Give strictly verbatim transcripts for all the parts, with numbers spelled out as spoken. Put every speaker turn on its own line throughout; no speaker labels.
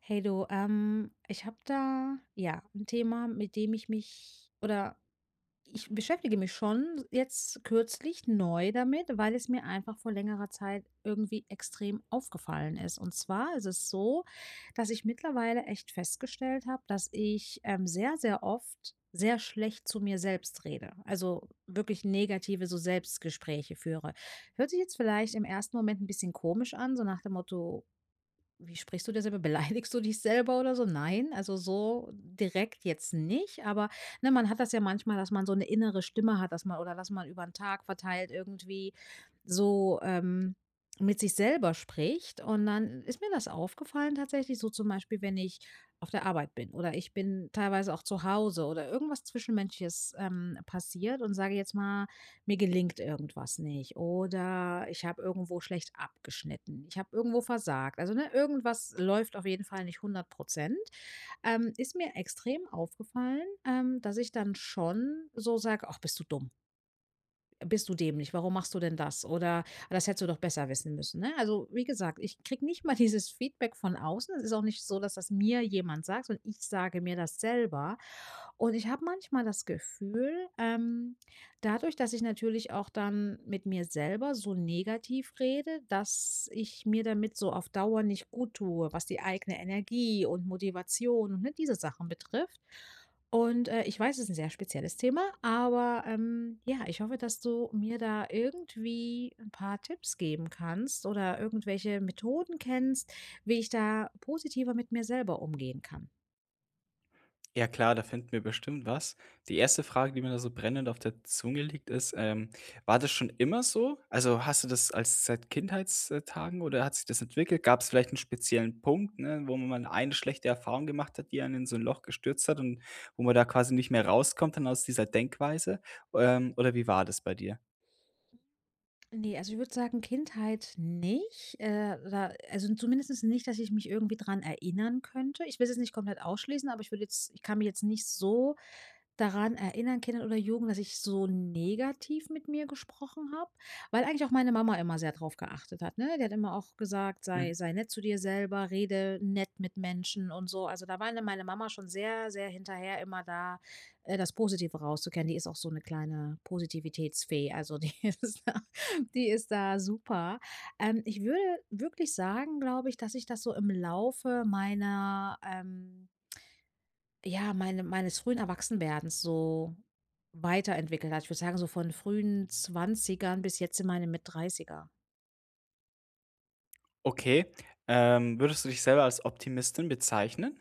Hey du, ähm, ich habe da ja ein Thema, mit dem ich mich oder ich beschäftige mich schon jetzt kürzlich neu damit, weil es mir einfach vor längerer Zeit irgendwie extrem aufgefallen ist. Und zwar ist es so, dass ich mittlerweile echt festgestellt habe, dass ich ähm, sehr, sehr oft sehr schlecht zu mir selbst rede. Also wirklich negative so Selbstgespräche führe. Hört sich jetzt vielleicht im ersten Moment ein bisschen komisch an, so nach dem Motto, wie sprichst du dir selber? Beleidigst du dich selber oder so? Nein, also so direkt jetzt nicht, aber, ne, man hat das ja manchmal, dass man so eine innere Stimme hat, dass man oder dass man über den Tag verteilt irgendwie so, ähm, mit sich selber spricht. Und dann ist mir das aufgefallen tatsächlich, so zum Beispiel, wenn ich auf der Arbeit bin oder ich bin teilweise auch zu Hause oder irgendwas Zwischenmenschliches, ähm, passiert und sage jetzt mal mir gelingt irgendwas nicht oder ich habe irgendwo schlecht abgeschnitten, ich habe irgendwo versagt. Also ne, irgendwas läuft auf jeden Fall nicht hundert Prozent. Ähm, ist mir extrem aufgefallen, ähm, dass ich dann schon so sage, ach, bist du dumm. Bist du dämlich? Warum machst du denn das? Oder "Ah, das hättest du doch besser wissen müssen, ne? Also, wie gesagt, ich kriege nicht mal dieses Feedback von außen. Es ist auch nicht so, dass das mir jemand sagt, sondern ich sage mir das selber. Und ich habe manchmal das Gefühl, ähm, dadurch, dass ich natürlich auch dann mit mir selber so negativ rede, dass ich mir damit so auf Dauer nicht gut tue, was die eigene Energie und Motivation und ne, diese Sachen betrifft. Und, äh, ich weiß, es ist ein sehr spezielles Thema, aber, ähm, ja, ich hoffe, dass du mir da irgendwie ein paar Tipps geben kannst oder irgendwelche Methoden kennst, wie ich da positiver mit mir selber umgehen kann.
Ja klar, da finden wir bestimmt was. Die erste Frage, die mir da so brennend auf der Zunge liegt, ist, ähm, war das schon immer so? Also, hast du das als seit Kindheitstagen oder hat sich das entwickelt? Gab es vielleicht einen speziellen Punkt, ne, wo man mal eine schlechte Erfahrung gemacht hat, die einen in so ein Loch gestürzt hat und wo man da quasi nicht mehr rauskommt dann aus dieser Denkweise? Ähm, oder wie war das bei dir?
Ne, also, ich würde sagen, Kindheit nicht, äh, oder also, zumindest nicht, dass ich mich irgendwie dran erinnern könnte. Ich will es jetzt nicht komplett ausschließen, aber ich würde jetzt ich kann mich jetzt nicht so daran erinnern, Kindern oder Jugend, dass ich so negativ mit mir gesprochen habe, weil eigentlich auch meine Mama immer sehr drauf geachtet hat, ne? Die hat immer auch gesagt: „Sei
Mhm.
sei nett zu dir selber, rede nett mit Menschen“ und so. Also, da war dann meine Mama schon sehr, sehr hinterher immer da, äh, das Positive rauszukehren. Die ist auch so eine kleine Positivitätsfee, also die ist da die ist da super. Ähm, ich würde wirklich sagen, glaube ich, dass ich das so im Laufe meiner, ähm ja, meine meines frühen Erwachsenwerdens so weiterentwickelt hat. Ich würde sagen, so von frühen Zwanzigern bis jetzt in meine Mitte-Dreißiger.
Okay. Ähm, würdest du dich selber als Optimistin bezeichnen?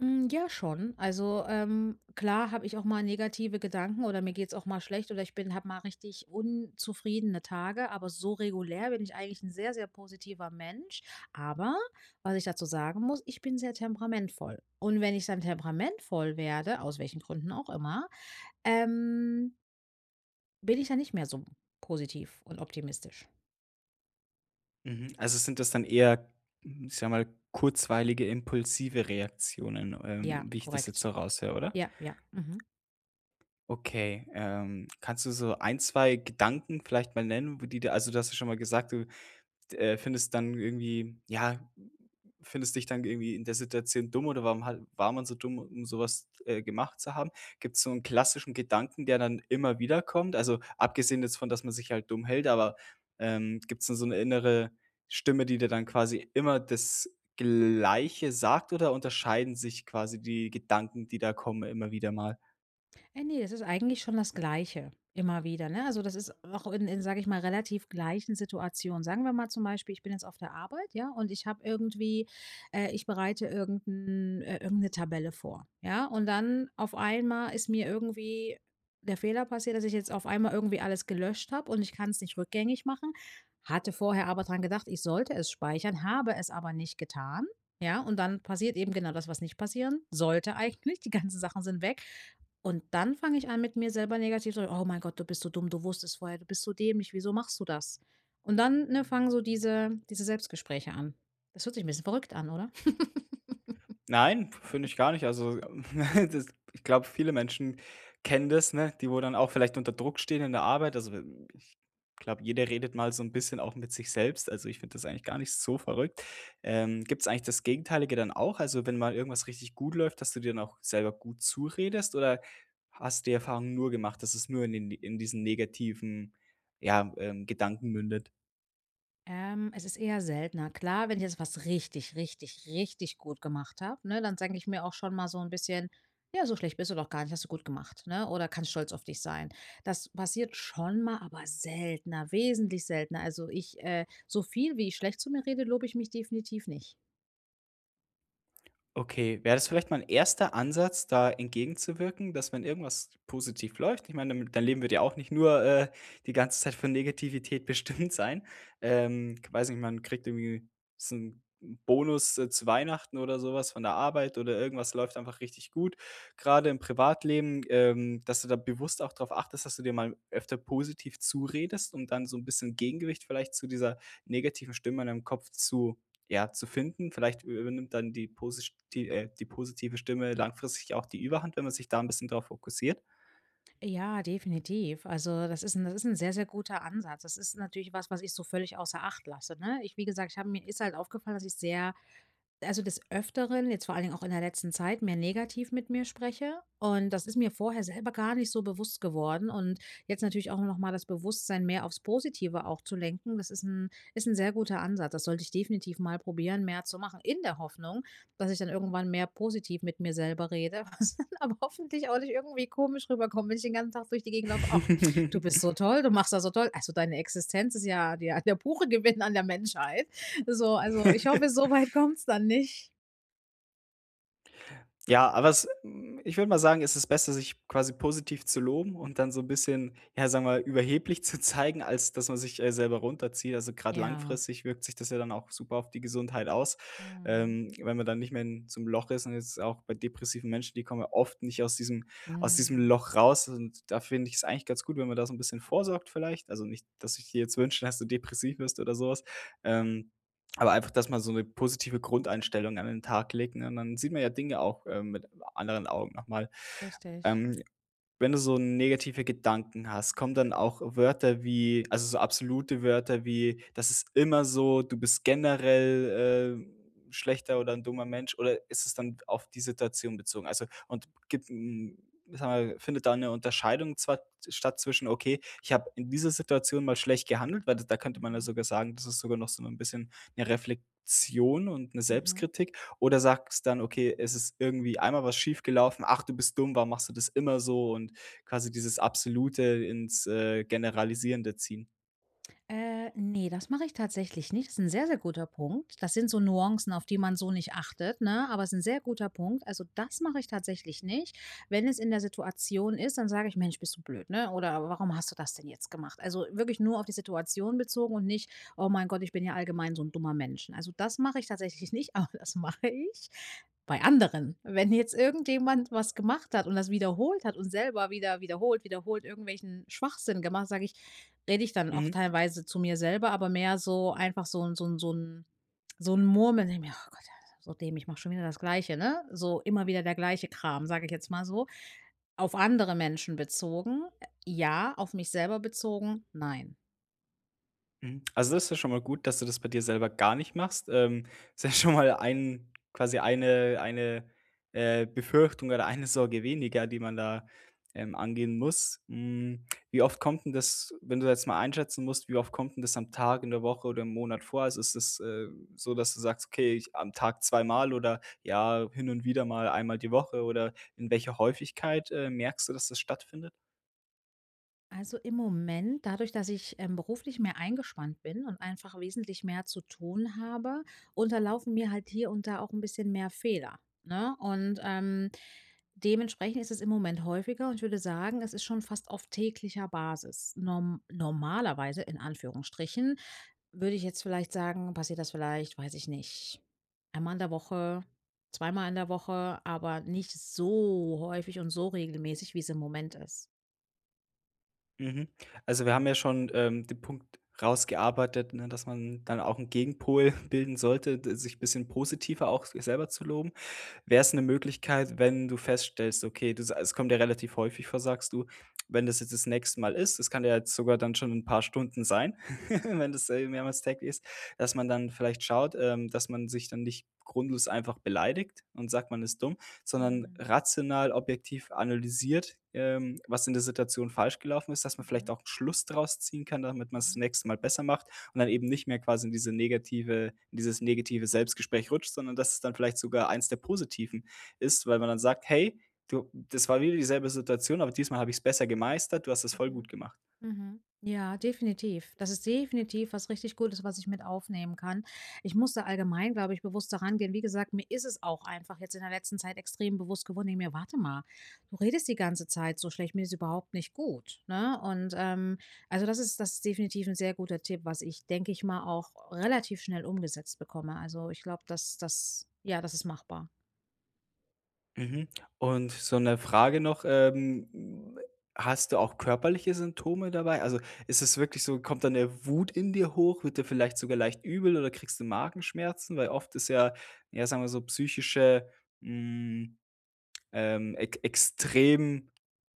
Hm, ja, schon. Also, ähm, klar habe ich auch mal negative Gedanken oder mir geht's auch mal schlecht oder ich bin habe mal richtig unzufriedene Tage, aber so regulär bin ich eigentlich ein sehr, sehr positiver Mensch. Aber was ich dazu sagen muss, ich bin sehr temperamentvoll. Und wenn ich dann temperamentvoll werde, aus welchen Gründen auch immer, ähm bin ich ja nicht mehr so positiv und optimistisch.
Mhm. Also sind das dann eher, hm, ich sage mal, kurzweilige, impulsive Reaktionen,
Ja,
ähm, wie ich das jetzt
korrekt.
so raushöre, oder?
Ja, ja, mhm.
Okay, ähm, kannst du so ein zwei Gedanken vielleicht mal nennen, wo die dir also, du hast ja schon mal gesagt, du äh, findest dann irgendwie ja, findest dich dann irgendwie in der Situation dumm oder warum ha war man so dumm, um sowas äh, gemacht zu haben? Gibt es so einen klassischen Gedanken, der dann immer wieder kommt? Also, abgesehen jetzt von, dass man sich halt dumm hält, aber, ähm, gibt's denn so eine innere Stimme, die dir dann quasi immer das Gleiche sagt oder unterscheiden sich quasi die Gedanken, die da kommen, immer wieder mal?
Äh, ne, das ist eigentlich schon das Gleiche immer wieder, ne? Also, das ist auch in in, sage ich mal, relativ gleichen Situationen. Sagen wir mal zum Beispiel, ich bin jetzt auf der Arbeit, ja, und ich habe irgendwie äh, ich bereite irgend äh, irgend 'ne Tabelle vor, ja? Und dann auf einmal ist mir irgendwie der Fehler passiert, dass ich jetzt auf einmal irgendwie alles gelöscht habe und ich kann es nicht rückgängig machen. Hatte vorher aber dran gedacht, ich sollte es speichern, habe es aber nicht getan, ja? Und dann passiert eben genau das, was nicht passieren sollte eigentlich. Die ganzen Sachen sind weg und dann fange ich an, mit mir selber negativ zu reden. „Oh mein Gott, du bist so dumm, du wusstest vorher, du bist so dämlich, wieso machst du das?“ Und dann, ne, fangen so diese diese Selbstgespräche an. Das hört sich ein bisschen verrückt an, oder?
Nein, finde ich gar nicht. Also, das ich glaube, viele Menschen kennen das, ne, die wo dann auch vielleicht unter Druck stehen in der Arbeit. Also, ich glaube, jeder redet mal so ein bisschen auch mit sich selbst. Also, ich finde das eigentlich gar nicht so verrückt. Ähm, Gibt es eigentlich das Gegenteilige dann auch? Also, wenn mal irgendwas richtig gut läuft, dass du dir dann auch selber gut zuredest oder hast du die Erfahrung nur gemacht, dass es nur in den in diesen negativen, ja, ähm, Gedanken mündet?
Ähm, es ist eher seltener. Klar, wenn ich jetzt was richtig, richtig, richtig gut gemacht habe, ne, dann sage ich mir auch schon mal so ein bisschen: „Ja, so schlecht bist du doch gar nicht, hast du gut gemacht“, ne? Oder: „Kannst stolz auf dich sein.“ Das passiert schon mal, aber seltener, wesentlich seltener. Also, ich äh, so viel, wie ich schlecht zu mir rede, lobe ich mich definitiv nicht.
Okay, wäre das vielleicht mal ein erster Ansatz, da entgegenzuwirken, dass wenn irgendwas positiv läuft ich meine, dann dein Leben wird ja auch nicht nur, äh, die ganze Zeit von Negativität bestimmt sein. Ähm, k weiß nicht, man kriegt irgendwie so einen Bonus, äh, zu Weihnachten oder sowas von der Arbeit oder irgendwas läuft einfach richtig gut. Gerade im Privatleben, ähm, dass du da bewusst auch darauf achtest, dass du dir mal öfter positiv zuredest, um dann so ein bisschen Gegengewicht vielleicht zu dieser negativen Stimme in deinem Kopf zu ja, zu finden. Vielleicht übernimmt dann die posisti äh, die positive Stimme langfristig auch die Überhand, wenn man sich da ein bisschen drauf fokussiert?
Ja, definitiv. Also, das ist ein, das ist ein sehr, sehr guter Ansatz. Das ist natürlich was, was ich so völlig außer Acht lasse, ne? Ich wie gesagt, ich habe mir ist halt aufgefallen, dass ich sehr also des Öfteren, jetzt vor allen Dingen auch in der letzten Zeit, mehr negativ mit mir spreche. Und das ist mir vorher selber gar nicht so bewusst geworden. Und jetzt natürlich auch nochmal das Bewusstsein mehr aufs Positive auch zu lenken, das ist ein, ist ein sehr guter Ansatz. Das sollte ich definitiv mal probieren, mehr zu machen, in der Hoffnung, dass ich dann irgendwann mehr positiv mit mir selber rede. Was dann aber hoffentlich auch nicht irgendwie komisch rüberkommt, wenn ich den ganzen Tag durch die Gegend laufe. Ach, du bist so toll, du machst das so toll. Also deine Existenz ist ja der, der pure Gewinn an der Menschheit. So, also ich hoffe, so weit kommt es dann nicht.
Ja, aber es hm, ich würde mal sagen, es ist besser, sich quasi positiv zu loben und dann so ein bisschen, ja, sagen wir mal, überheblich zu zeigen, als dass man sich, äh, selber runterzieht. Also, gerade
Ja.
langfristig wirkt sich das ja dann auch super auf die Gesundheit aus,
Mhm.
ähm, wenn man dann nicht mehr in so 'nem Loch ist. Und jetzt auch bei depressiven Menschen, die kommen ja oft nicht aus diesem aus diesem
Mhm.
Loch raus. Und da finde ich es eigentlich ganz gut, wenn man da so ein bisschen vorsorgt vielleicht. Also, nicht, dass ich dir jetzt wünsche, dass du depressiv wirst oder so was. Ähm, aber einfach, dass man so eine positive Grundeinstellung an den Tag legt, ne? Und dann sieht man ja Dinge auch, ähm, mit anderen Augen noch mal.
Richtig.
Ähm, wenn du so negative Gedanken hast, kommen dann auch Wörter wie also so absolute Wörter wie: „Das ist immer so“, „Du bist generell, äh, schlechter oder ein dummer Mensch“, oder ist es dann auf die Situation bezogen? Also, und gibt 'n sagen wir, findet da eine Unterscheidung zwar statt zwischen: „Okay, ich habe in dieser Situation mal schlecht gehandelt“, weil da könnte man ja
Mhm.
sogar sagen, das ist sogar noch so ein bisschen eine Reflexion und eine
Mhm.
Selbstkritik. Oder sagst dann: „Okay, es ist irgendwie einmal was schiefgelaufen. Ach, du bist dumm, warum machst du das immer so?“ Und quasi dieses Absolute ins, äh, Generalisierende ziehen.
Äh, ne, das mache ich tatsächlich nicht. Das ist ein sehr, sehr guter Punkt. Das sind so Nuancen, auf die man so nicht achtet, ne? Aber es ist ein sehr guter Punkt. Also, das mache ich tatsächlich nicht. Wenn es in der Situation ist, dann sage ich: „Mensch, bist du blöd, ne?“ Oder: „Warum hast du das denn jetzt gemacht?“ Also, wirklich nur auf die Situation bezogen und nicht: „Oh mein Gott, ich bin ja allgemein so ein dummer Mensch.“ Also, das mache ich tatsächlich nicht, aber das mache ich bei anderen. Wenn jetzt irgendjemand was gemacht hat und das wiederholt hat und selber wieder wiederholt, wiederholt irgendwelchen Schwachsinn gemacht, sage ich: rede ich dann auch
Mhm.
teilweise zu mir selber, aber mehr so einfach so 'n so ein so ein so ein Murmeln in mir: „Oh Gott, ja, so dämlich, mach schon wieder das Gleiche“, ne? So immer wieder der gleiche Kram, sage ich jetzt mal so. Auf andere Menschen bezogen, äh, ja, auf mich selber bezogen, nein.
Mhm. Also, das ist ja schon mal gut, dass du das bei dir selber gar nicht machst. Ähm, ist ja schon mal ein quasi eine eine, äh, Befürchtung oder eine Sorge weniger, die man da, ähm, angehen muss. Hm, wie oft kommt denn das wenn du jetzt mal einschätzen musst, wie oft kommt denn das am Tag, in der Woche oder im Monat vor? Also, ist es, äh, so, dass du sagst: „Okay, ich am Tag zweimal“ oder, ja, hin und wieder mal einmal die Woche oder in welcher Häufigkeit, äh, merkst du, dass das stattfindet?
Also im Moment, dadurch, dass ich ähm, beruflich mehr eingespannt bin und einfach wesentlich mehr zu tun habe, unterlaufen mir halt hier und da auch ein bisschen mehr Fehler. Ne? Und ähm, dementsprechend ist es im Moment häufiger und ich würde sagen, es ist schon fast auf täglicher Basis. Norm normalerweise, in Anführungsstrichen, würde ich jetzt vielleicht sagen, passiert das vielleicht, weiß ich nicht, einmal in der Woche, zweimal in der Woche, aber nicht so häufig und so regelmäßig, wie es im Moment ist.
Mhm. Also, wir haben ja schon, ähm, den Punkt rausgearbeitet, ne, dass man dann auch einen Gegenpol bilden sollte, d sich ein bisschen positiver auch selber zu loben. Wäre es eine Möglichkeit, wenn du feststellst, okay, du sa es kommt ja relativ häufig vor, sagst du, wenn das jetzt das nächste Mal ist, das kann ja jetzt sogar dann schon ein paar Stunden sein, wenn das, äh, mehrmals täglich ist, dass man dann vielleicht schaut, ähm, dass man sich dann nicht grundlos einfach beleidigt und sagt, man ist dumm, sondern
Mhm.
rational, objektiv analysiert, ähm, was in der Situation falsch gelaufen ist, dass man vielleicht
Mhm.
auch 'n Schluss draus ziehen kann, damit man es das
Mhm,
nächste Mal besser macht und dann eben nicht mehr quasi in diese negative in dieses negative Selbstgespräch rutscht, sondern dass es dann vielleicht sogar eins der positiven ist, weil man dann sagt: „Hey, du das war wieder dieselbe Situation, aber diesmal habe ich es besser gemeistert. Du hast das voll gut
mhm,
gemacht.“
mhm. Ja, definitiv. Das ist definitiv was richtig Gutes, was ich mit aufnehmen kann. Ich muss da allgemein, glaube ich, bewusst daran gehen. Wie gesagt, mir ist es auch einfach jetzt in der letzten Zeit extrem bewusst geworden. Nee, mir, warte mal, du redest die ganze Zeit so schlecht, mir ist überhaupt nicht gut. Ne? Und ähm, also das ist, das ist definitiv ein sehr guter Tipp, was ich, denke ich mal, auch relativ schnell umgesetzt bekomme. Also ich glaube, dass das, ja, das ist machbar.
Mhm. Und so eine Frage noch, ähm, hast du auch körperliche Symptome dabei? Also, ist es wirklich so kommt dann der Wut in dir hoch? Wird dir vielleicht sogar leicht übel oder kriegst du Magenschmerzen? Weil oft ist ja, ja, sagen wir so, psychische, hm ähm, ex extrem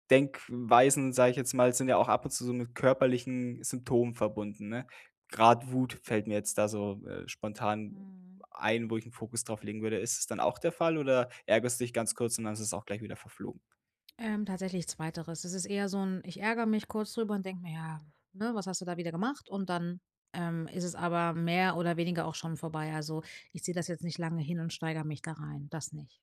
Denkweisen, sage ich jetzt mal, sind ja auch ab und zu so mit körperlichen Symptomen verbunden, ne? Grad Wut fällt mir jetzt da so, äh, spontan
Mhm.
ein, wo ich 'n Fokus drauf legen würde. Ist es dann auch der Fall oder ärgerst du dich ganz kurz und dann ist es auch gleich wieder verflogen?
Ähm, tatsächlich zweiteres. Es ist eher so ein ich ärgere mich kurz drüber und denke mir: „Ja, ne, was hast du da wieder gemacht?“ Und dann, ähm, ist es aber mehr oder weniger auch schon vorbei. Also, ich ziehe das jetzt nicht lange hin und steigere mich da rein, das nicht.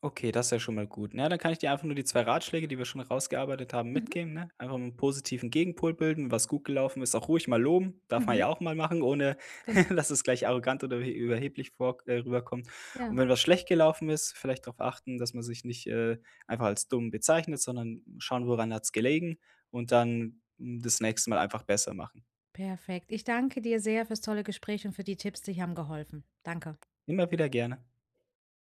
Okay, das ist ja schon mal gut. Na, dann kann ich dir einfach nur die zwei Ratschläge, die wir schon rausgearbeitet haben,
Mhm,
mitgeben, ne? Einfach mal 'n positiven Gegenpol bilden, was gut gelaufen ist, auch ruhig mal loben, darf man
mhm,
ja auch mal machen, ohne
genau.
dass es gleich arrogant oder überhe überheblich vor äh, rüberkommt. Und
Ja,
wenn was schlecht gelaufen ist, vielleicht darauf achten, dass man sich nicht, äh, einfach als dumm bezeichnet, sondern schauen, woran hat's gelegen und dann, hm, das nächste Mal einfach besser machen.
perfekt. Ich danke dir sehr fürs tolle Gespräch und für die Tipps, die haben geholfen. Danke.
Immer wieder gerne.